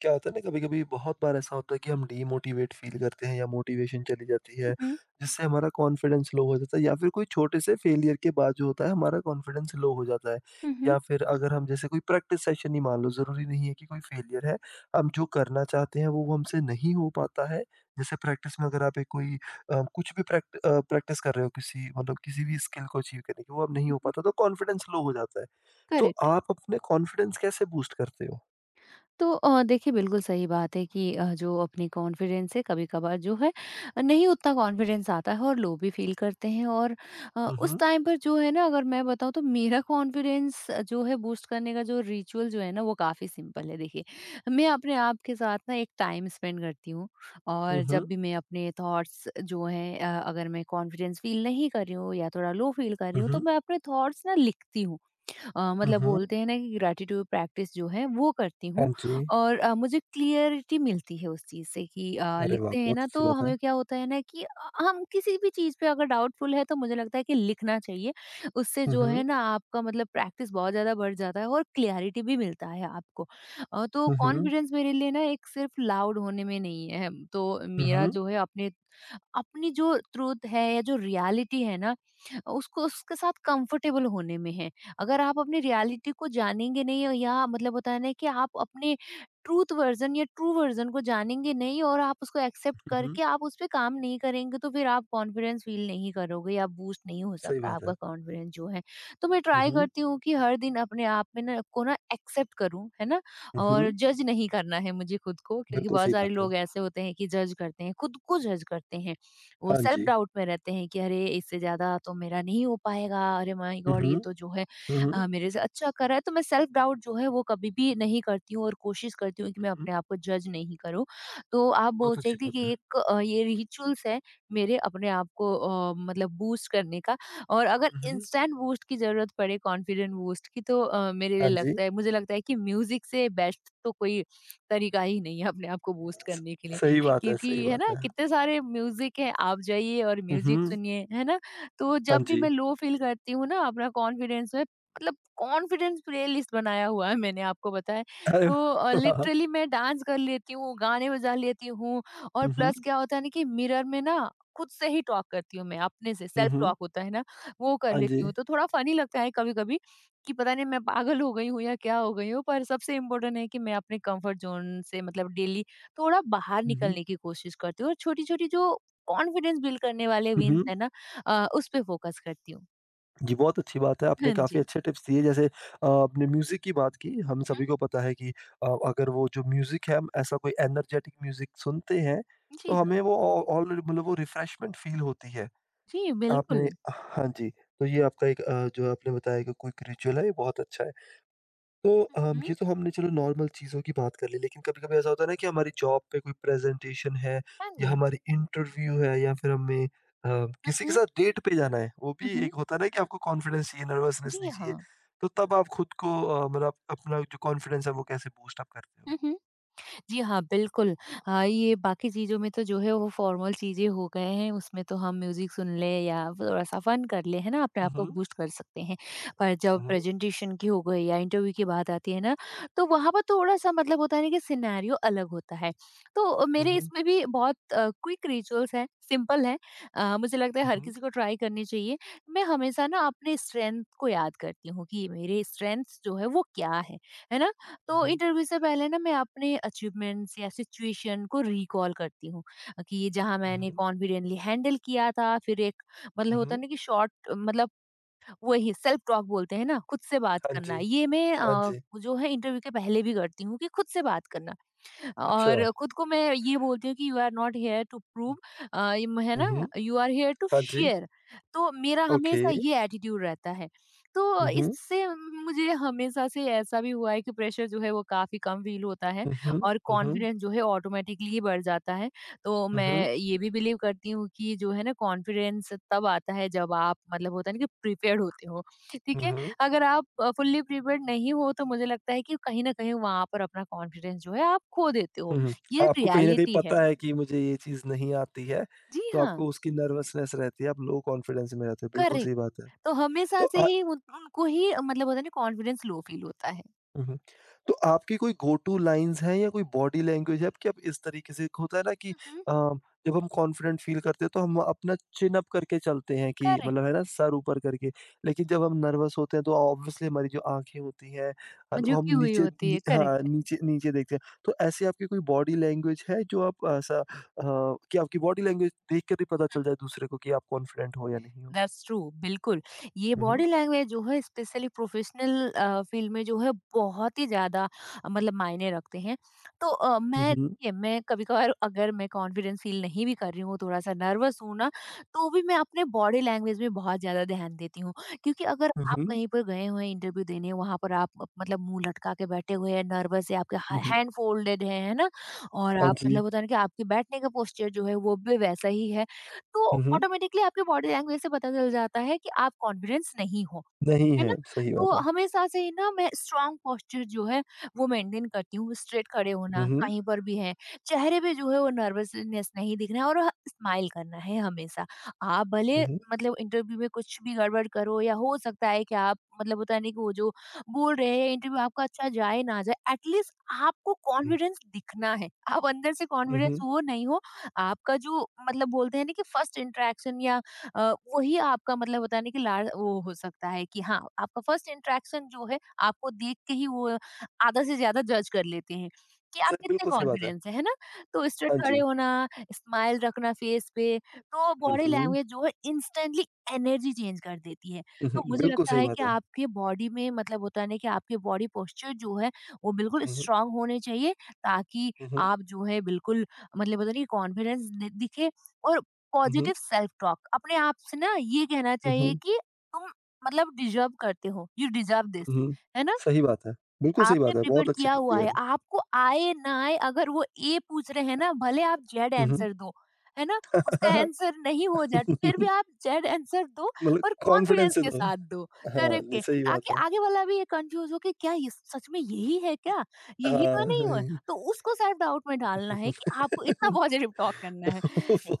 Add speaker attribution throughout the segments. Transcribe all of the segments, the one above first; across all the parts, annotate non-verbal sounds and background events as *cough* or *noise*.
Speaker 1: क्या होता है ना कभी-कभी बहुत बार ऐसा होता है कि हम डीमोटिवेट फील करते हैं या मोटिवेशन चली जाती है,
Speaker 2: हुँ।
Speaker 1: जिससे हमारा कॉन्फिडेंस लो हो जाता है या फिर कोई छोटे से फेलियर के बाद जो होता है हमारा कॉन्फिडेंस लो हो जाता है।
Speaker 2: हुँ, हुँ,
Speaker 1: या फिर अगर हम जैसे कोई प्रैक्टिस सेशन ही मान लो, ज़रूरी नहीं है कि कोई फेलियर है, हम जो करना चाहते हैं वो हमसे नहीं हो पाता है। जैसे प्रैक्टिस में अगर आप एक कोई कुछ भी प्रैक्टिस कर रहे हो किसी मतलब किसी भी स्किल को अचीव करने की, वो अब नहीं
Speaker 2: हुँ,
Speaker 1: हो
Speaker 2: हुँ।
Speaker 1: पाता तो कॉन्फिडेंस लो हो जाता है। तो
Speaker 2: करेक्ट।
Speaker 1: आप अपने कॉन्फिडेंस कैसे बूस्ट करते हो?
Speaker 2: तो देखिए बिल्कुल सही बात है कि जो अपनी कॉन्फिडेंस है कभी-कभार जो है नहीं उतना कॉन्फिडेंस आता है और लो भी फ़ील करते हैं और
Speaker 1: हुँ,
Speaker 2: उस
Speaker 1: हुँ।
Speaker 2: टाइम पर जो है ना अगर मैं बताऊँ तो मेरा कॉन्फिडेंस जो है बूस्ट करने का जो रिचुअल जो है ना वो काफ़ी सिंपल है देखिए। मैं अपने आप के साथ ना एक टाइम स्पेंड करती हूँ
Speaker 1: हुँ,
Speaker 2: और
Speaker 1: हुँ।
Speaker 2: जब भी मैं अपने थॉट्स जो हैं अगर मैं कॉन्फिडेंस फ़ील नहीं कर रही हूँ या थोड़ा लो फ़ील कर रही
Speaker 1: हुँ,
Speaker 2: हूँ तो
Speaker 1: हुँ।
Speaker 2: मैं अपने थॉट्स ना लिखती हूँ।
Speaker 1: हुँ,
Speaker 2: मतलब
Speaker 1: हुँ।
Speaker 2: बोलते हैं ना कि ग्रैटिट्यूड प्रैक्टिस जो है वो करती हूँ
Speaker 1: हाँ जी।
Speaker 2: और मुझे क्लियरिटी मिलती है उस चीज़ से कि
Speaker 1: अरे वाह!
Speaker 2: लिखते हैं
Speaker 1: बहुत
Speaker 2: ना
Speaker 1: अच्छी
Speaker 2: तो
Speaker 1: बात है।
Speaker 2: हमें क्या होता है ना कि हम किसी भी चीज़ पे अगर डाउटफुल है तो मुझे लगता है कि लिखना चाहिए। उससे
Speaker 1: हुँ,
Speaker 2: जो है
Speaker 1: हुँ।
Speaker 2: ना आपका मतलब प्रैक्टिस बहुत ज़्यादा बढ़ जाता है और क्लियरिटी भी मिलता है आपको। तो
Speaker 1: हुँ, हुँ।
Speaker 2: कॉन्फिडेंस मेरे लिए ना एक सिर्फ लाउड होने में नहीं है। तो
Speaker 1: हुँ,
Speaker 2: मेरा
Speaker 1: हुँ।
Speaker 2: जो है अपने अपनी जो ट्रूथ है या जो रियलिटी है ना उसको उसके साथ कंफर्टेबल होने में है। अगर आप अपनी रियलिटी को जानेंगे नहीं या मतलब होता है ना कि आप अपने ट्रूथ वर्जन या ट्रू वर्जन को जानेंगे नहीं और आप उसको एक्सेप्ट
Speaker 1: हुँ, हुँ।
Speaker 2: करके आप उस पर काम नहीं करेंगे तो फिर आप कॉन्फिडेंस फील नहीं करोगे या बूस्ट नहीं हो
Speaker 1: सही
Speaker 2: सकता
Speaker 1: बात
Speaker 2: आपका
Speaker 1: है।
Speaker 2: कॉन्फिडेंस जो है। तो मैं
Speaker 1: हुँ,
Speaker 2: ट्राई
Speaker 1: हुँ।
Speaker 2: करती हूँ कि हर दिन अपने आप में ना को ना एक्सेप्ट करूँ है ना।
Speaker 1: हुँ,
Speaker 2: और
Speaker 1: हुँ।
Speaker 2: जज नहीं करना है मुझे खुद को क्योंकि
Speaker 1: बिल्कुल
Speaker 2: बहुत
Speaker 1: सही
Speaker 2: सारे
Speaker 1: बात है।
Speaker 2: लोग ऐसे होते हैं कि जज करते हैं खुद को जज करते हैं। वो
Speaker 1: हाँ
Speaker 2: सेल्फ
Speaker 1: जी।
Speaker 2: डाउट में रहते हैं कि अरे इससे ज़्यादा तो मेरा नहीं हो पाएगा, अरे माय
Speaker 1: हुँ,
Speaker 2: गॉड
Speaker 1: हुँ।
Speaker 2: ये तो जो है
Speaker 1: हुँ, हुँ।
Speaker 2: मेरे से अच्छा कर रहा है। तो मैं सेल्फ डाउट जो है वो कभी भी नहीं करती हूँ और कोशिश करती हूँ कि
Speaker 1: हुँ,
Speaker 2: मैं
Speaker 1: हुँ।
Speaker 2: अपने आप को जज नहीं करूँ। तो आप बोल
Speaker 1: बहुत
Speaker 2: सकते
Speaker 1: अच्छी
Speaker 2: हैं
Speaker 1: बात
Speaker 2: कि
Speaker 1: है।
Speaker 2: एक ये रिचुअल्स है मेरे अपने आप को मतलब बूस्ट करने का। और अगर
Speaker 1: हुँ, हुँ।
Speaker 2: इंस्टेंट बूस्ट की ज़रूरत पड़े कॉन्फिडेंट बूस्ट की तो मेरे लिए
Speaker 1: हाँ जी।
Speaker 2: लगता है मुझे लगता है कि म्यूज़िक से बेस्ट तो कोई तरीका ही नहीं है अपने आप को बूस्ट
Speaker 1: स
Speaker 2: करने के लिए।
Speaker 1: सही बात है,
Speaker 2: क्योंकि
Speaker 1: सही
Speaker 2: है
Speaker 1: बात
Speaker 2: ना
Speaker 1: है।
Speaker 2: कितने सारे म्यूजिक हैं आप जाइए और
Speaker 1: हुँ,
Speaker 2: म्यूजिक
Speaker 1: हुँ।
Speaker 2: सुनिए है ना। तो
Speaker 1: हाँ
Speaker 2: जब भी
Speaker 1: जी।
Speaker 2: मैं लो फील करती हूँ ना अपना कॉन्फिडेंस में मतलब कॉन्फिडेंस प्लेलिस्ट बनाया हुआ है मैंने आपको बताया।
Speaker 1: अरे
Speaker 2: तो
Speaker 1: वाह!
Speaker 2: लिटरली मैं डांस कर लेती हूँ गाने बजा लेती हूँ। और
Speaker 1: हुँ, हुँ।
Speaker 2: प्लस क्या होता है ना कि मिरर में ना खुद से ही टॉक करती हूँ मैं अपने से
Speaker 1: हुँ,
Speaker 2: सेल्फ
Speaker 1: हुँ।
Speaker 2: टॉक होता है ना वो कर
Speaker 1: हाँ जी।
Speaker 2: लेती हूँ। तो थोड़ा फनी लगता है कभी कभी कि पता नहीं मैं पागल हो गई हूँ या क्या हो गई हूँ पर सबसे इम्पोर्टेंट है कि मैं अपने कंफर्ट जोन से मतलब डेली थोड़ा बाहर
Speaker 1: हुँ, हुँ।
Speaker 2: निकलने की कोशिश करती हूँ और छोटी-छोटी जो कॉन्फिडेंस बिल्ड करने वाले
Speaker 1: हुँ,
Speaker 2: विन्स
Speaker 1: हुँ।
Speaker 2: है ना उस पे फोकस करती हूँ।
Speaker 1: जी, बहुत अच्छी बात है। आपने
Speaker 2: हाँ
Speaker 1: काफ़ी
Speaker 2: जी।
Speaker 1: अच्छे टिप्स दिए जैसे आपने म्यूज़िक की बात की, हम
Speaker 2: हुँ, हुँ।
Speaker 1: सभी को पता है कि अगर वो जो म्यूज़िक है हम ऐसा कोई एनर्जेटिक म्यूज़िक सुनते हैं,
Speaker 2: जी।
Speaker 1: तो
Speaker 2: जी हाँ।
Speaker 1: हमें वो ऑ ऑल मतलब वो रिफ्रेशमेंट फ़ील होती है।
Speaker 2: जी,
Speaker 1: आपने
Speaker 2: बिल्कुल।
Speaker 1: हाँ जी, तो ये आपका एक जो आपने बताया कि क्विक रिचुअल है ये बहुत अच्छा है। तो
Speaker 2: हुँ, हुँ।
Speaker 1: ये तो हमने चलो नॉर्मल चीज़ों की बात कर ली, लेकिन कभी-कभी ऐसा होता है ना कि हमारी जॉब पे कोई प्रेज़ेंटेशन है
Speaker 2: हाँ
Speaker 1: या
Speaker 2: जी।
Speaker 1: हमारी इंटरव्यू है या फिर हमें अ,
Speaker 2: हुँ,
Speaker 1: किसी के
Speaker 2: हुँ।
Speaker 1: साथ डेट पे जाना है, वो
Speaker 2: हुँ,
Speaker 1: भी
Speaker 2: हुँ।
Speaker 1: एक होता है ना कि आपको कॉन्फिडेंस चाहिए, नर्वसनेस
Speaker 2: जी
Speaker 1: नहीं चाहिए।
Speaker 2: हाँ।
Speaker 1: तो तब आप खुद को मतलब अपना जो कॉन्फिडेंस है वो कैसे बूस्ट अप करते हो?
Speaker 2: हुँ, हुँ। जी हाँ, बिल्कुल। हाँ, ये बाकी चीज़ों में तो जो है वो फॉर्मल चीज़ें हो गए हैं, उसमें तो हम म्यूज़िक सुन लें या थोड़ा-सा फ़न कर लें, है ना? अपने आप को
Speaker 1: उहुँ,
Speaker 2: बूस्ट कर सकते हैं। पर जब
Speaker 1: उहुँ,
Speaker 2: प्रेज़ेंटेशन की हो गई या इंटरव्यू की बात आती है ना, तो वहाँ पर थोड़ा-सा मतलब होता है ना कि सिनेरियो अलग होता है। तो मेरे
Speaker 1: उहुँ,
Speaker 2: इसमें भी बहुत क्विक रिचुअल्स हैं, सिंपल हैं। मुझे लगता है हर
Speaker 1: उहुँ,
Speaker 2: किसी को ट्राई करनी चाहिए। मैं हमेशा ना अपने स्ट्रेंथ को याद करती हूँ कि मेरे स्ट्रेंथ्स जो है वो क्या है ना? तो
Speaker 1: उहुँ,
Speaker 2: इंटरव्यू से पहले ना मैं अपने अचीवमेंट्स या सिचुएशन को रिकॉल करती हूँ कि ये जहाँ मैंने
Speaker 1: उहुँ,
Speaker 2: कॉन्फिडेंटली हैंडल किया था फिर एक मतलब होता
Speaker 1: उहुँ।
Speaker 2: है ना कि शॉर्ट मतलब वही सेल्फ टॉक बोलते हैं ना खुद से बात
Speaker 1: हाँ
Speaker 2: करना
Speaker 1: जी,
Speaker 2: ये मैं
Speaker 1: हाँ जी।
Speaker 2: जो है इंटरव्यू के पहले भी करती हूँ कि खुद से बात करना।
Speaker 1: अच्छा।
Speaker 2: और खुद को मैं ये बोलती हूँ कि you are not here to prove है ना
Speaker 1: उहुँ,
Speaker 2: यू आर हेयर टू
Speaker 1: हाँ जी।
Speaker 2: शेयर। तो मेरा
Speaker 1: ओके।
Speaker 2: हमेशा ये एटीट्यूड रहता है। तो
Speaker 1: उहुँ,
Speaker 2: इससे मुझे हमेशा से ऐसा भी हुआ है कि प्रेशर जो है वो काफी कम फील होता है
Speaker 1: उहुँ,
Speaker 2: और
Speaker 1: उहुँ,
Speaker 2: कॉन्फिडेंस जो है ऑटोमेटिकली बढ़ जाता है। तो
Speaker 1: उहुँ,
Speaker 2: मैं ये भी बिलीव करती हूँ कि जो है ना कॉन्फिडेंस तब आता है जब आप मतलब होता है ना कि प्रिपेयर्ड होते हो ठीक है।
Speaker 1: उहुँ।
Speaker 2: अगर आप फुल्ली प्रिपेयर्ड नहीं हो तो मुझे लगता है कि कहीं ना कहीं वहां पर अपना कॉन्फिडेंस जो है आप खो देते हो।
Speaker 1: हुँ, हुँ।
Speaker 2: ये
Speaker 1: हाँ, आपको कहीं न कहीं
Speaker 2: रियलिटी है।
Speaker 1: पता है कि मुझे ये चीज़ नहीं आती है,
Speaker 2: जी
Speaker 1: तो
Speaker 2: हाँ।
Speaker 1: आपको उसकी नर्वसनेस रहती है, आप लो कॉन्फिडेंस में रहते हो, बिल्कुल
Speaker 2: करेक्ट।
Speaker 1: सही बात है।
Speaker 2: तो हमेशा
Speaker 1: तो
Speaker 2: से ही उनको ही मतलब होता है ना कॉन्फिडेंस लो फील होता है।
Speaker 1: हुँ, हुँ। तो आपकी कोई गो टू लाइन्स हैं या कोई बॉडी लैंग्वेज है आपकी? आप इस तरीके से होता है ना कि अ, जब हम कॉन्फिडेंट फ़ील करते हैं तो हम अपना चिन अप करके चलते हैं कि
Speaker 2: करेक्ट।
Speaker 1: मतलब है ना सर ऊपर करके। लेकिन जब हम नर्वस होते हैं तो ऑब्वियसली हमारी जो आँखें होती हैं है ना, वो
Speaker 2: झुकी
Speaker 1: हम
Speaker 2: हुई
Speaker 1: नीचे
Speaker 2: होती
Speaker 1: नी
Speaker 2: है।
Speaker 1: हाँ,
Speaker 2: करेक्ट।
Speaker 1: नीचे नीचे देखते हैं। तो ऐसी आपकी कोई बॉडी लैंग्वेज है जो आप ऐसा कि आपकी बॉडी लैंग्वेज देख कर ही पता चल जाए दूसरे को कि आप कॉन्फिडेंट हो या नहीं हो?
Speaker 2: दैट्स ट्रू बिल्कुल। ये
Speaker 1: हुँ, हुँ।
Speaker 2: बॉडी लैंग्वेज जो है स्पेशली प्रोफेशनल फील्ड में जो है बहुत ही ज्यादा मतलब मायने रखते हैं। तो
Speaker 1: हुँ,
Speaker 2: मैं
Speaker 1: हुँ।
Speaker 2: देखिए, मैं कभी कभार अगर मैं कॉन्फिडेंस फील नहीं भी कर रही हूँ थोड़ा सा नर्वस हूँ ना तो भी मैं अपने बॉडी लैंग्वेज में बहुत ज्यादा ध्यान देती हूँ। क्योंकि अगर
Speaker 1: हुँ,
Speaker 2: आप
Speaker 1: हुँ।
Speaker 2: कहीं पर गए हुए हैं इंटरव्यू देने वहां पर आप मतलब मुंह लटका के बैठे हुए हैं नर्वस है आपके
Speaker 1: हुँ, हुँ।
Speaker 2: हैंड फोल्डेड है ना और
Speaker 1: हाँ
Speaker 2: आप
Speaker 1: जी।
Speaker 2: मतलब होता है ना कि आपके बैठने का पोस्चर जो है वो भी वैसा ही है। तो
Speaker 1: हुँ, हुँ।
Speaker 2: ऑटोमेटिकली आपके बॉडी लैंग्वेज से पता चल जाता है कि आप कॉन्फिडेंस नहीं हो।
Speaker 1: नहीं
Speaker 2: है ना?
Speaker 1: है, सही
Speaker 2: तो
Speaker 1: बात है।
Speaker 2: हमेशा से ही ना मैं स्ट्रॉन्ग पोस्चर जो है वो मेंटेन करती हूँ, स्ट्रेट खड़े
Speaker 1: हुँ,
Speaker 2: होना
Speaker 1: हुँ।
Speaker 2: कहीं पर भी है, चेहरे पे जो है वो नर्वसनेस नहीं दिखना है और ह स्माइल करना है हमेशा। आप भले
Speaker 1: हुँ, हुँ।
Speaker 2: मतलब इंटरव्यू में कुछ भी गड़बड़ करो या हो सकता है कि आप मतलब होता है ना कि वो जो बोल रहे हैं इंटरव्यू आपका अच्छा जाए ना जाए, एटलीस्ट आपको
Speaker 1: हुँ,
Speaker 2: कॉन्फिडेंस दिखना है। आप अंदर से
Speaker 1: हुँ,
Speaker 2: कॉन्फिडेंस
Speaker 1: हुँ।
Speaker 2: हो नहीं हो, आपका जो मतलब बोलते हैं ना कि फर्स्ट इंटरेक्शन या वही आपका मतलब होता है ना कि ला वो हो सकता है कि हाँ, आपका फर्स्ट इंटरेक्शन जो है, आपको देख के ही वो आधा से ज़्यादा जज कर लेते हैं कि आप
Speaker 1: सही
Speaker 2: कितने
Speaker 1: बिल्कुल सही बात है।
Speaker 2: कॉन्फिडेंस हैं, है ना? तो स्ट्रेट
Speaker 1: हाँ
Speaker 2: खड़े
Speaker 1: जी।
Speaker 2: होना, स्माइल रखना फेस पे, तो
Speaker 1: हुँ,
Speaker 2: बॉडी
Speaker 1: हुँ।
Speaker 2: लैंग्वेज जो है इंस्टेंटली एनर्जी चेंज कर देती है।
Speaker 1: हुँ,
Speaker 2: तो
Speaker 1: हुँ।
Speaker 2: मुझे
Speaker 1: बिल्कुल
Speaker 2: लगता
Speaker 1: सही
Speaker 2: है
Speaker 1: बात
Speaker 2: कि
Speaker 1: है।
Speaker 2: आपके बॉडी में मतलब होता है ना कि आपके बॉडी पोस्चर जो है, वो बिल्कुल
Speaker 1: हुँ, हुँ।
Speaker 2: स्ट्रांग होने चाहिए ताकि
Speaker 1: हुँ, हुँ।
Speaker 2: आप जो है बिल्कुल मतलब होता है ना कि कॉन्फिडेंस दि दिखे और
Speaker 1: हुँ, हुँ।
Speaker 2: पॉजिटिव सेल्फ टॉक अपने आप से ना ये कहना
Speaker 1: हुँ,
Speaker 2: चाहिए
Speaker 1: हुँ।
Speaker 2: कि तुम मतलब डिजर्व करते हो यू डिजर्व दिस
Speaker 1: हुँ, हुँ।
Speaker 2: है ना।
Speaker 1: सही बात है। बिल्कुल सही
Speaker 2: आपने
Speaker 1: बात है।
Speaker 2: प्रिपेयर
Speaker 1: बहुत अच्छी
Speaker 2: किया
Speaker 1: टिप दी
Speaker 2: हुआ
Speaker 1: है।
Speaker 2: है आपको आए ना आए अगर वो ए पूछ रहे हैं ना भले आप जेड
Speaker 1: हुँ, हुँ।
Speaker 2: आंसर दो है ना उसका आंसर नहीं हो जाए तो फिर भी आप
Speaker 1: *laughs*
Speaker 2: जेड आंसर दो
Speaker 1: मतलब
Speaker 2: पर
Speaker 1: कॉन्फिडेंस
Speaker 2: कॉन्फिडेंस
Speaker 1: से
Speaker 2: के
Speaker 1: दो।
Speaker 2: साथ दो।
Speaker 1: हाँ,
Speaker 2: करेक्ट
Speaker 1: नहीं
Speaker 2: है।
Speaker 1: सही
Speaker 2: ताकि
Speaker 1: बात है।
Speaker 2: आगे वाला भी ये कंफ्यूज हो कि क्या ये सच में यही है क्या यही
Speaker 1: हाँ,
Speaker 2: तो नहीं
Speaker 1: *laughs*
Speaker 2: हो।
Speaker 1: नहीं।
Speaker 2: तो उसको सेल्फ डाउट में डालना है कि आपको इतना पॉजिटिव टॉक करना है।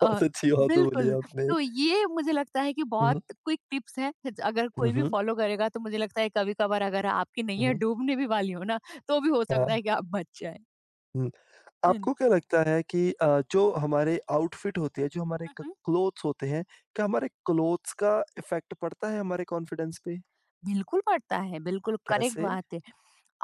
Speaker 2: अ,
Speaker 1: अच्छी बात बोली
Speaker 2: बिल्कुल।
Speaker 1: आपने।
Speaker 2: तो ये मुझे लगता है कि
Speaker 1: हुँ,
Speaker 2: बहुत
Speaker 1: हुँ।
Speaker 2: क्विक टिप्स हैं, अगर
Speaker 1: हुँ,
Speaker 2: कोई भी
Speaker 1: हुँ।
Speaker 2: फ़ॉलो करेगा तो मुझे लगता है कभी-कभार अगर आपकी
Speaker 1: हुँ,
Speaker 2: नैया
Speaker 1: हुँ।
Speaker 2: डूबने भी वाली हो ना, तो भी हो सकता
Speaker 1: हाँ।
Speaker 2: है कि आप बच जाएँ।
Speaker 1: हुँ।
Speaker 2: हाँ जी।
Speaker 1: आपको क्या लगता है कि जो हमारे आउटफिट होते हैं, जो हमारे
Speaker 2: हुँ,
Speaker 1: क
Speaker 2: हुँ।
Speaker 1: क्लोथ्स होते हैं, क्या हमारे क्लोथ्स का इफ़ेक्ट पड़ता है हमारे कॉन्फिडेंस पे?
Speaker 2: बिल्कुल पड़ता है, बिल्कुल करेक्ट
Speaker 1: कैसे?
Speaker 2: बात है।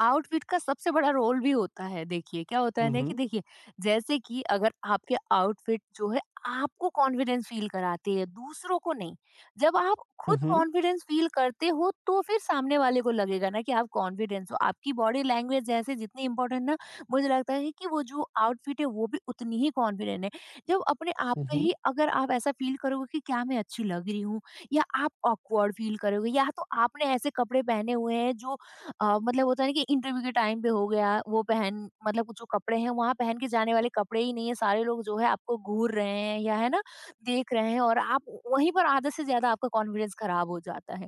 Speaker 2: आउटफिट का सबसे बड़ा रोल भी होता है देखिए क्या होता है
Speaker 1: हुँ,
Speaker 2: ना कि
Speaker 1: हुँ।
Speaker 2: देखिए जैसे कि अगर आपके आउटफिट जो है आपको कॉन्फिडेंस फील कराते हैं दूसरों को नहीं। जब आप
Speaker 1: हुँ,
Speaker 2: खुद
Speaker 1: हुँ।
Speaker 2: कॉन्फिडेंस फील करते हो तो फिर सामने वाले को लगेगा ना कि आप कॉन्फिडेंस हो आपकी बॉडी लैंग्वेज जैसे जितनी इंपॉर्टेंट ना मुझे लगता है कि वो जो आउटफिट है वो भी उतनी ही कॉन्फिडेंट है। जब अपने आप
Speaker 1: हुँ,
Speaker 2: पे
Speaker 1: हुँ।
Speaker 2: ही अगर आप ऐसा फील करोगे कि क्या मैं अच्छी लग रही हूँ या आप ऑकवर्ड फील करोगे या तो आपने ऐसे कपड़े पहने हुए हैं जो मतलब होता है ना कि इंटरव्यू के टाइम पे हो गया वो पहन मतलब कुछ जो कपड़े हैं वहाँ पहन के जाने वाले कपड़े ही नहीं है सारे लोग जो है आपको घूर रहे हैं या है ना देख रहे हैं और आप वहीं पर आधे से ज्यादा आपका कॉन्फिडेंस खराब हो जाता है।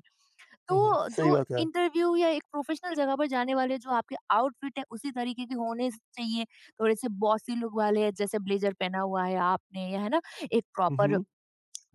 Speaker 1: हुँ, हुँ।
Speaker 2: तो
Speaker 1: सही
Speaker 2: जो
Speaker 1: बात है।
Speaker 2: इंटरव्यू या एक प्रोफेशनल जगह पर जाने वाले जो आपके आउटफिट है उसी तरीके के होने चाहिए। थोड़े से बॉसी लुक वाले जैसे ब्लेजर पहना हुआ है आपने या है ना एक
Speaker 1: हुँ,
Speaker 2: प्रॉपर
Speaker 1: हुँ।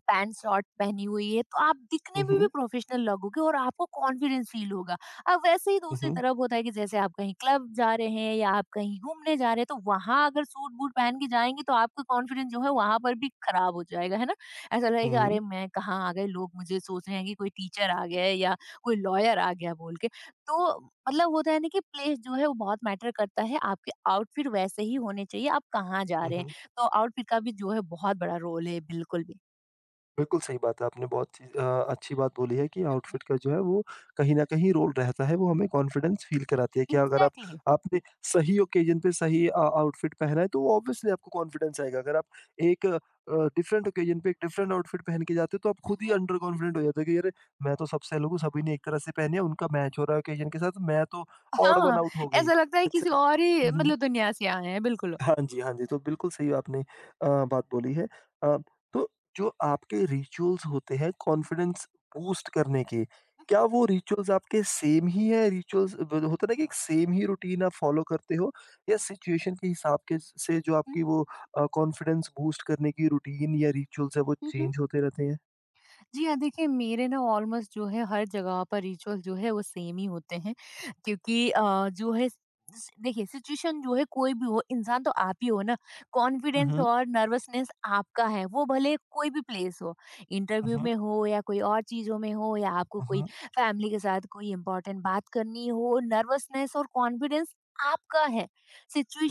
Speaker 2: पैंट शॉर्ट पहनी हुई है तो आप दिखने
Speaker 1: हुँ,
Speaker 2: में भी
Speaker 1: हुँ।
Speaker 2: प्रोफेशनल लगोगे और आपको कॉन्फिडेंस फील होगा। अब वैसे ही
Speaker 1: हुँ,
Speaker 2: दूसरी
Speaker 1: हुँ।
Speaker 2: तरफ होता है कि जैसे आप कहीं क्लब जा रहे हैं या आप कहीं घूमने जा रहे हैं, तो वहाँ अगर सूट बूट पहन के जाएँगे तो आपका कॉन्फिडेंस जो है वहाँ पर भी खराब हो जाएगा, है ना? ऐसा लगेगा, अरे
Speaker 1: हुँ,
Speaker 2: मैं कहाँ आ गए, लोग मुझे सोच रहे हैं कि कोई टीचर आ गया है या कोई लॉयर आ गया बोल के। तो मतलब होता है ना कि प्लेस जो है वो बहुत मैटर करता है, आपके आउटफिट वैसे ही होने चाहिए, आप कहाँ जा रहे हैं।
Speaker 1: हुँ।
Speaker 2: तो आउटफिट का भी जो है बहुत बड़ा रोल है, बिल्कुल भी।
Speaker 1: बिल्कुल सही बात है। आपने बहुत चीज़ अच्छी बात बोली है कि आउटफिट का जो है वो कहीं न कहीं रोल रहता है, वो हमें कॉन्फिडेंस फ़ील कराती है कि अगर आप
Speaker 2: एग्ज़ैक्टली।
Speaker 1: आपने सही ओकेज़न पे सही आउटफिट पहना है तो वो ऑब्वियसली आपको कॉन्फिडेंस आएगा। अगर आप एक डिफरेंट ओकेज़न पे एक डिफरेंट आउटफिट पहन के जाते हो तो आप
Speaker 2: हुँ,
Speaker 1: खुद ही
Speaker 2: हुँ।
Speaker 1: अंडर कॉन्फिडेंट हो जाते हो कि अरे! मैं तो सबसे अलग हूँ, सभी ने एक तरह से पहने है, उनका मैच हो रहा है ओकेज़न के साथ, मैं तो ऑड
Speaker 2: हाँ,
Speaker 1: वन आउट हो गई।
Speaker 2: ऐसा लगता है
Speaker 1: दैट्स
Speaker 2: किसी
Speaker 1: इट।
Speaker 2: और ही
Speaker 1: हुँ, हुँ।
Speaker 2: मतलब दुनिया से आए हैं, बिल्कुल।
Speaker 1: हाँ जी, हाँ जी। तो बिल्कुल सही आपने बात बोली है। अ, तो जो आपके रिचुअल्स होते हैं
Speaker 2: हुँ,
Speaker 1: कॉन्फिडेंस बूस्ट करने के,
Speaker 2: हुँ,
Speaker 1: क्या
Speaker 2: हुँ,
Speaker 1: वो रिचुअल्स आपके सेम ही हैं? रिचुअल्स ब होता है ना कि एक सेम ही रूटीन आप फ़ॉलो करते हो या सिचुएशन के हिसाब के से जो
Speaker 2: हुँ,
Speaker 1: आपकी वो कॉन्फिडेंस बूस्ट करने की रूटीन या रिचुअल्स है वो
Speaker 2: हुँ, हुँ।
Speaker 1: चेंज होते रहते हैं?
Speaker 2: जी हाँ, देखिए, मेरे ना ऑलमोस्ट जो है हर जगह पर रिचुअल जो है वो सेम ही होते हैं, क्योंकि जो है देखिए सिचुएशन जो है कोई भी हो, इंसान तो आप ही हो ना।
Speaker 1: हुँ,
Speaker 2: कॉन्फिडेंस
Speaker 1: हुँ।
Speaker 2: और नर्वसनेस आपका है, वो भले कोई भी प्लेस हो,
Speaker 1: हुँ,
Speaker 2: इंटरव्यू
Speaker 1: हुँ।
Speaker 2: में हो या कोई और चीजों में हो या आपको
Speaker 1: हुँ,
Speaker 2: कोई
Speaker 1: हुँ।
Speaker 2: फैमिली के साथ कोई इंपॉर्टेंट बात करनी हो, नर्वसनेस और कॉन्फिडेंस आपका है,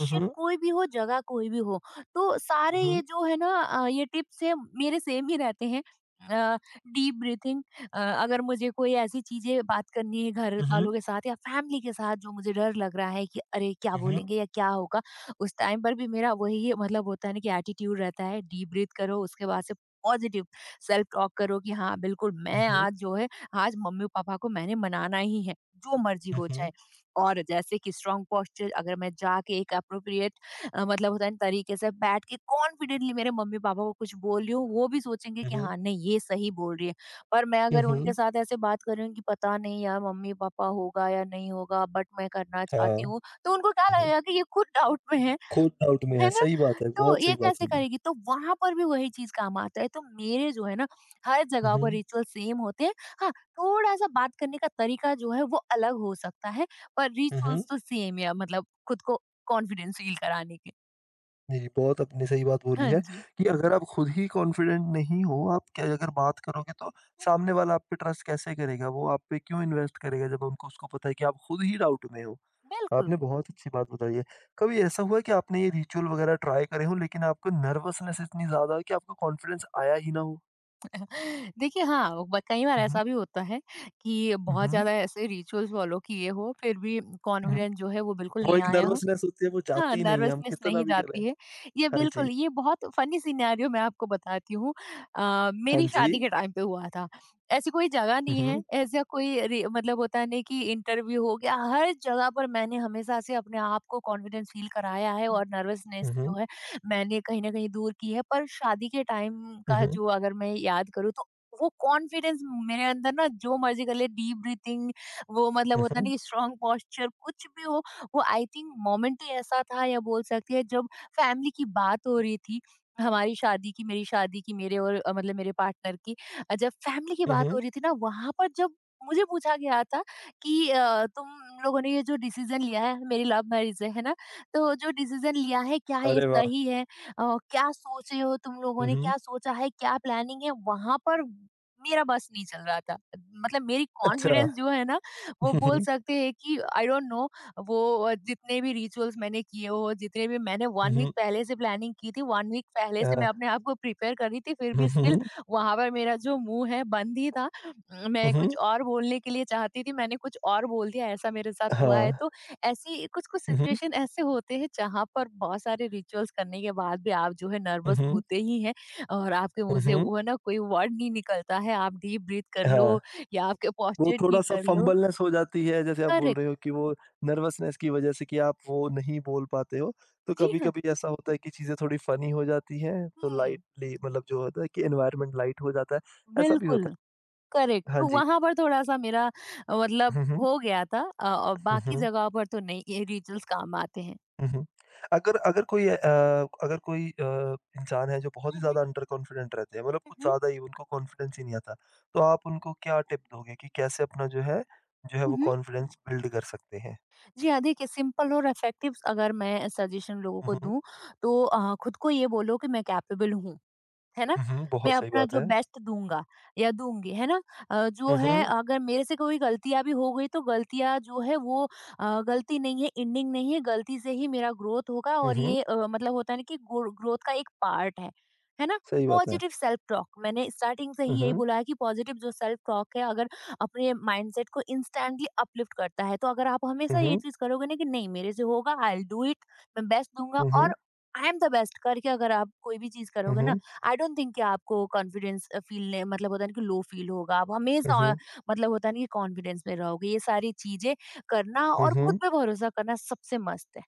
Speaker 1: हुँ, हुँ।
Speaker 2: कोई भी हो, जगह कोई भी हो। तो
Speaker 1: हुँ,
Speaker 2: सारे ये
Speaker 1: हुँ।
Speaker 2: जो है ना ये टिप्स है मेरे सेम ही रहते हैं। डीप ब्रीथिंग, अगर मुझे कोई ऐसी चीज़ें बात करनी है घर
Speaker 1: हुँ,
Speaker 2: वालों के साथ या फैमिली के साथ, जो मुझे डर लग रहा है कि अरे क्या
Speaker 1: हुँ।
Speaker 2: बोलेंगे या क्या होगा, उस टाइम पर भी मेरा वही मतलब होता है ना कि एटीट्यूड रहता है, डीप ब्रीथ करो, उसके बाद से पॉजिटिव सेल्फ टॉक करो कि हाँ, बिल्कुल
Speaker 1: हुँ,
Speaker 2: मैं
Speaker 1: हुँ।
Speaker 2: आज जो है, आज मम्मी-पापा को मैंने मनाना ही है, जो मर्ज़ी
Speaker 1: हुँ,
Speaker 2: हो जाए।
Speaker 1: हुँ।
Speaker 2: और जैसे कि स्ट्रॉन्ग पोस्चर, अगर मैं जाके एक एप्रोप्रिएट मतलब होता है ना तरीके से बैठ के कॉन्फिडेंटली मेरे मम्मी पापा को कुछ बोल रही हूँ, वो भी सोचेंगे
Speaker 1: हुँ,
Speaker 2: कि
Speaker 1: हुँ।
Speaker 2: हाँ नहीं ये सही बोल रही है। पर मैं
Speaker 1: हुँ,
Speaker 2: अगर उनके
Speaker 1: हुँ।
Speaker 2: साथ ऐसे बात कर रही हूँ कि पता नहीं यार, मम्मी पापा होगा या नहीं होगा, बट मैं करना
Speaker 1: हाँ।
Speaker 2: चाहती हूँ,
Speaker 1: हुँ,
Speaker 2: तो उनको क्या
Speaker 1: हुँ।
Speaker 2: लगेगा कि ये खुद डाउट में है
Speaker 1: खुद डाउट में
Speaker 2: है
Speaker 1: है,
Speaker 2: ना?
Speaker 1: सही बात है,
Speaker 2: तो
Speaker 1: बहुत
Speaker 2: ये
Speaker 1: सही बात
Speaker 2: कैसे
Speaker 1: बोली है।
Speaker 2: करेगी, तो वहां पर भी वही चीज काम आता है, तो मेरे जो है ना हर जगह
Speaker 1: हुँ,
Speaker 2: पर रिचुअल सेम होते हैं। हाँ, थोड़ा सा बात करने का तरीका जो है वो अलग हो सकता है, पर
Speaker 1: हुँ, हुँ।
Speaker 2: रिचुअल्स तो सेम है, मतलब खुद को कॉन्फिडेंस फील कराने के।
Speaker 1: जी, बहुत आपने सही बात बोली
Speaker 2: हाँ
Speaker 1: है
Speaker 2: जी।
Speaker 1: कि अगर आप खुद ही कॉन्फिडेंट नहीं हो, आप क्या अगर बात करोगे तो सामने वाला आप पे ट्रस्ट कैसे करेगा? वो आप पे क्यों इन्वेस्ट करेगा जब उनको उसको पता है कि आप खुद ही डाउट में हो?
Speaker 2: बिल्कुल।
Speaker 1: आपने बहुत अच्छी बात बताई है। कभी ऐसा हुआ है कि आपने ये रिचुअल वगैरह ट्राई करे हों लेकिन आपको नर्वसनेस इतनी ज़्यादा है कि आपको कॉन्फिडेंस आया ही ना हो?
Speaker 2: *laughs* देखिए हाँ, वो ब कई बार
Speaker 1: हुँ, हुँ,
Speaker 2: ऐसा भी होता है कि बहुत
Speaker 1: हुँ,
Speaker 2: ज़्यादा ऐसे रिचुअल्स फ़ॉलो किए हो, फिर भी
Speaker 1: हुँ, हुँ।
Speaker 2: कॉन्फिडेंस जो है वो बिल्कुल
Speaker 1: वो
Speaker 2: नहीं
Speaker 1: एक
Speaker 2: आया हो।
Speaker 1: नर्वसनेस होती है, वो
Speaker 2: हाँ,
Speaker 1: जाती ही नहीं है, हम
Speaker 2: नर्वसनेस
Speaker 1: कितना
Speaker 2: नहीं
Speaker 1: भी करें।
Speaker 2: जाती है। ये
Speaker 1: हाँ जी,
Speaker 2: बिल्कुल, ये बहुत फ़नी सिनेरियो मैं आपको बताती हूँ।
Speaker 1: हाँ
Speaker 2: मेरी
Speaker 1: जी।
Speaker 2: शादी के टाइम पे हुआ था। ऐसी कोई जगह
Speaker 1: हुँ,
Speaker 2: नहीं है,
Speaker 1: हुँ।
Speaker 2: ऐसा कोई रे मतलब होता है ना कि इंटरव्यू हो गया, हर जगह पर मैंने हमेशा से अपने आप को कॉन्फिडेंस फ़ील कराया है और नर्वसनेस
Speaker 1: Mhm,
Speaker 2: जो है, मैंने कहीं न कहीं दूर की है। पर शादी के टाइम का
Speaker 1: mhm,
Speaker 2: जो अगर मैं याद करूँ तो वो कॉन्फिडेंस मेरे अंदर ना, जो मर्ज़ी कर ले डीप ब्रीथिंग, वो मतलब होता है ना
Speaker 1: mhm,
Speaker 2: कि स्ट्रॉन्ग पोस्चर कुछ भी हो, वो आई थिंक मोमेंट ही ऐसा था, या बोल सकती है, जब फैमिली की बात हो रही थी, हमारी शादी की मेरी शादी की, मेरे और मतलब मेरे पार्टनर की, जब फैमिली की बात हो
Speaker 1: mhm,
Speaker 2: रही थी ना वहां पर, जब मुझे पूछा गया था कि तुम लोगों ने ये जो डिसीजन लिया है, मेरी लव मैरिज है ना? तो जो डिसीजन लिया है क्या ये
Speaker 1: अरे वाह!
Speaker 2: सही है, क्या सोचे हो, तुम लोगों ने
Speaker 1: उहुँ,
Speaker 2: क्या सोचा है, क्या प्लानिंग है, वहां पर मेरा बस नहीं चल रहा था, मतलब मेरी
Speaker 1: अच्छा।
Speaker 2: कॉन्फिडेंस जो है ना वो बोल
Speaker 1: उहुँ,
Speaker 2: सकते हैं कि आई डोंट नो। वो जितने भी रिचुअल्स मैंने किए हो, जितने भी मैंने 1 वीक
Speaker 1: उहुँ,
Speaker 2: पहले से प्लानिंग की थी, 1 वीक पहले से मैं
Speaker 1: हाँ।
Speaker 2: अपने आप को प्रिपेयर कर रही थी, फिर भी स्टिल
Speaker 1: उहुँ,
Speaker 2: वहाँ पर मेरा जो मुँह है बंद ही था। मैं
Speaker 1: उहुँ,
Speaker 2: कुछ और बोलने के लिए चाहती थी, मैंने कुछ और बोल दिया, ऐसा मेरे साथ हुआ है।
Speaker 1: हाँ।
Speaker 2: तो ऐसी कुछ-कुछ
Speaker 1: उहुँ,
Speaker 2: सिचुएशन ऐसे होते हैं जहाँ पर बहुत सारे रिचुअल्स करने के बाद भी आप जो है नर्वस
Speaker 1: उहुँ,
Speaker 2: होते ही हैं, और आपके मुँह से
Speaker 1: उहुँ,
Speaker 2: वो ना कोई वर्ड नहीं निकलता है, आप डीप ब्रीथ कर लो
Speaker 1: हाँ।
Speaker 2: या आपके
Speaker 1: वो
Speaker 2: पोस्चर ठीक
Speaker 1: थोड़ा-सा
Speaker 2: कर लो।
Speaker 1: फंबलनेस हो जाती है, जैसे आप बोल
Speaker 2: करेक्ट।
Speaker 1: रहे हो कि वो नर्वसनेस की वजह से कि आप वो नहीं बोल पाते हो। तो
Speaker 2: जी हाँ।
Speaker 1: कभी-कभी ऐसा होता है कि चीज़ें थोड़ी फ़नी हो जाती हैं, तो
Speaker 2: हुँ।
Speaker 1: लाइटली मतलब जो होता है कि एनवायरनमेंट लाइट हो जाता है, ऐसा भी
Speaker 2: बिल्कुल,
Speaker 1: होता
Speaker 2: करेक्ट।
Speaker 1: है। हाँ
Speaker 2: तो
Speaker 1: जी।
Speaker 2: वहाँ पर थोड़ा-सा मेरा मतलब
Speaker 1: हुँ, हुँ।
Speaker 2: हो गया था और
Speaker 1: हुँ,
Speaker 2: बाकी
Speaker 1: हुँ।
Speaker 2: जगह पर तो नहीं, ये रिचुअल्स काम आते हैं।
Speaker 1: हुँ, हुँ। अगर अगर कोई अगर कोई इंसान है जो बहुत
Speaker 2: हुँ,
Speaker 1: ही
Speaker 2: हुँ,
Speaker 1: ज़्यादा अंडर कॉन्फिडेंट रहते हैं, मतलब
Speaker 2: हुँ,
Speaker 1: कुछ
Speaker 2: हुँ।
Speaker 1: ज़्यादा ही उनको कॉन्फिडेंस ही नहीं आता, तो आप उनको क्या टिप दोगे कि कैसे अपना जो है
Speaker 2: हुँ,
Speaker 1: वो
Speaker 2: हुँ।
Speaker 1: कॉन्फिडेंस बिल्ड कर सकते हैं?
Speaker 2: जी हाँ, देखिए, सिंपल और इफेक्टिव अगर मैं सजेशन लोगों
Speaker 1: हुँ,
Speaker 2: को
Speaker 1: हुँ।
Speaker 2: दूँ तो खुद को ये बोलो कि मैं कैपेबल हूँ। है ना?
Speaker 1: हुँ, हुँ,
Speaker 2: मैं
Speaker 1: बहुत सही
Speaker 2: अपना
Speaker 1: बात
Speaker 2: जो
Speaker 1: है।
Speaker 2: बेस्ट दूँगा या दूँगी, है ना? जो
Speaker 1: हुँ,
Speaker 2: है
Speaker 1: हुँ।
Speaker 2: अगर मेरे से कोई गलतियाँ भी हो गई तो गलतियाँ जो है वो गलती नहीं है, एंडिंग नहीं है, गलती से ही मेरा ग्रोथ होगा,
Speaker 1: हुँ,
Speaker 2: और
Speaker 1: हुँ,
Speaker 2: ये मतलब होता है ना कि ग्रोथ का एक पार्ट है ना?
Speaker 1: सही बात है।
Speaker 2: पॉजिटिव सेल्फ टॉक मैंने स्टार्टिंग से
Speaker 1: हुँ,
Speaker 2: ही यही
Speaker 1: हुँ।
Speaker 2: बोला है कि पॉजिटिव जो सेल्फ टॉक है अगर अपने माइंडसेट को इंस्टेंटली अपलिफ्ट करता है। तो अगर आप हमेशा
Speaker 1: हुँ,
Speaker 2: ये
Speaker 1: हुँ।
Speaker 2: चीज़ करोगे ना कि नहीं मेरे से होगा, आई विल डू इट, मैं बेस्ट दूँगा
Speaker 1: हुँ, हुँ।
Speaker 2: और आई एम द बेस्ट करके अगर आप कोई भी चीज़
Speaker 1: हुँ,
Speaker 2: करोगे ना,
Speaker 1: हुँ।
Speaker 2: आई डोंट थिंक कि आपको कॉन्फिडेंस फील मतलब होता है ना कि लो फील होगा। आप
Speaker 1: हुँ,
Speaker 2: हमेशा
Speaker 1: हुँ।
Speaker 2: मतलब होता है ना कि कॉन्फिडेंस में रहोगे। ये सारी चीज़ें करना
Speaker 1: हुँ,
Speaker 2: और खुद
Speaker 1: हुँ।
Speaker 2: पे भरोसा करना सबसे मस्त है।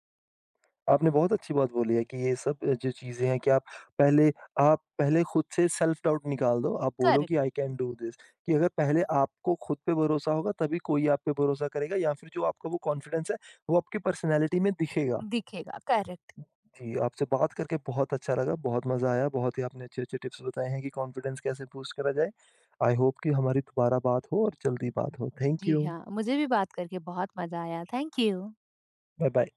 Speaker 1: आपने बहुत अच्छी बात बोली है कि ये सब जो चीज़ें हैं कि पहले आप पहले खुद से सेल्फ डाउट निकाल दो। आप बोलो
Speaker 2: करेक्ट।
Speaker 1: कि आई कैन डू दिस कि अगर पहले आपको खुद पे भरोसा होगा तभी कोई आप पे भरोसा करेगा या फिर जो आपका वो कॉन्फिडेंस है वो आपकी पर्सनैलिटी में दिखेगा।
Speaker 2: दिखेगा, करेक्ट।
Speaker 1: जी, आपसे बात करके बहुत अच्छा लगा, बहुत मज़ा आया, बहुत ही आपने अच्छे-अच्छे टिप्स बताए हैं कि कॉन्फिडेंस कैसे बूस्ट करा जाए। आई होप कि हमारी दोबारा बात हो और जल्दी बात हो। Thank
Speaker 2: ji
Speaker 1: you.
Speaker 2: हाँ, मुझे भी बात करके बहुत मज़ा आया। Thank you.
Speaker 1: Bye bye.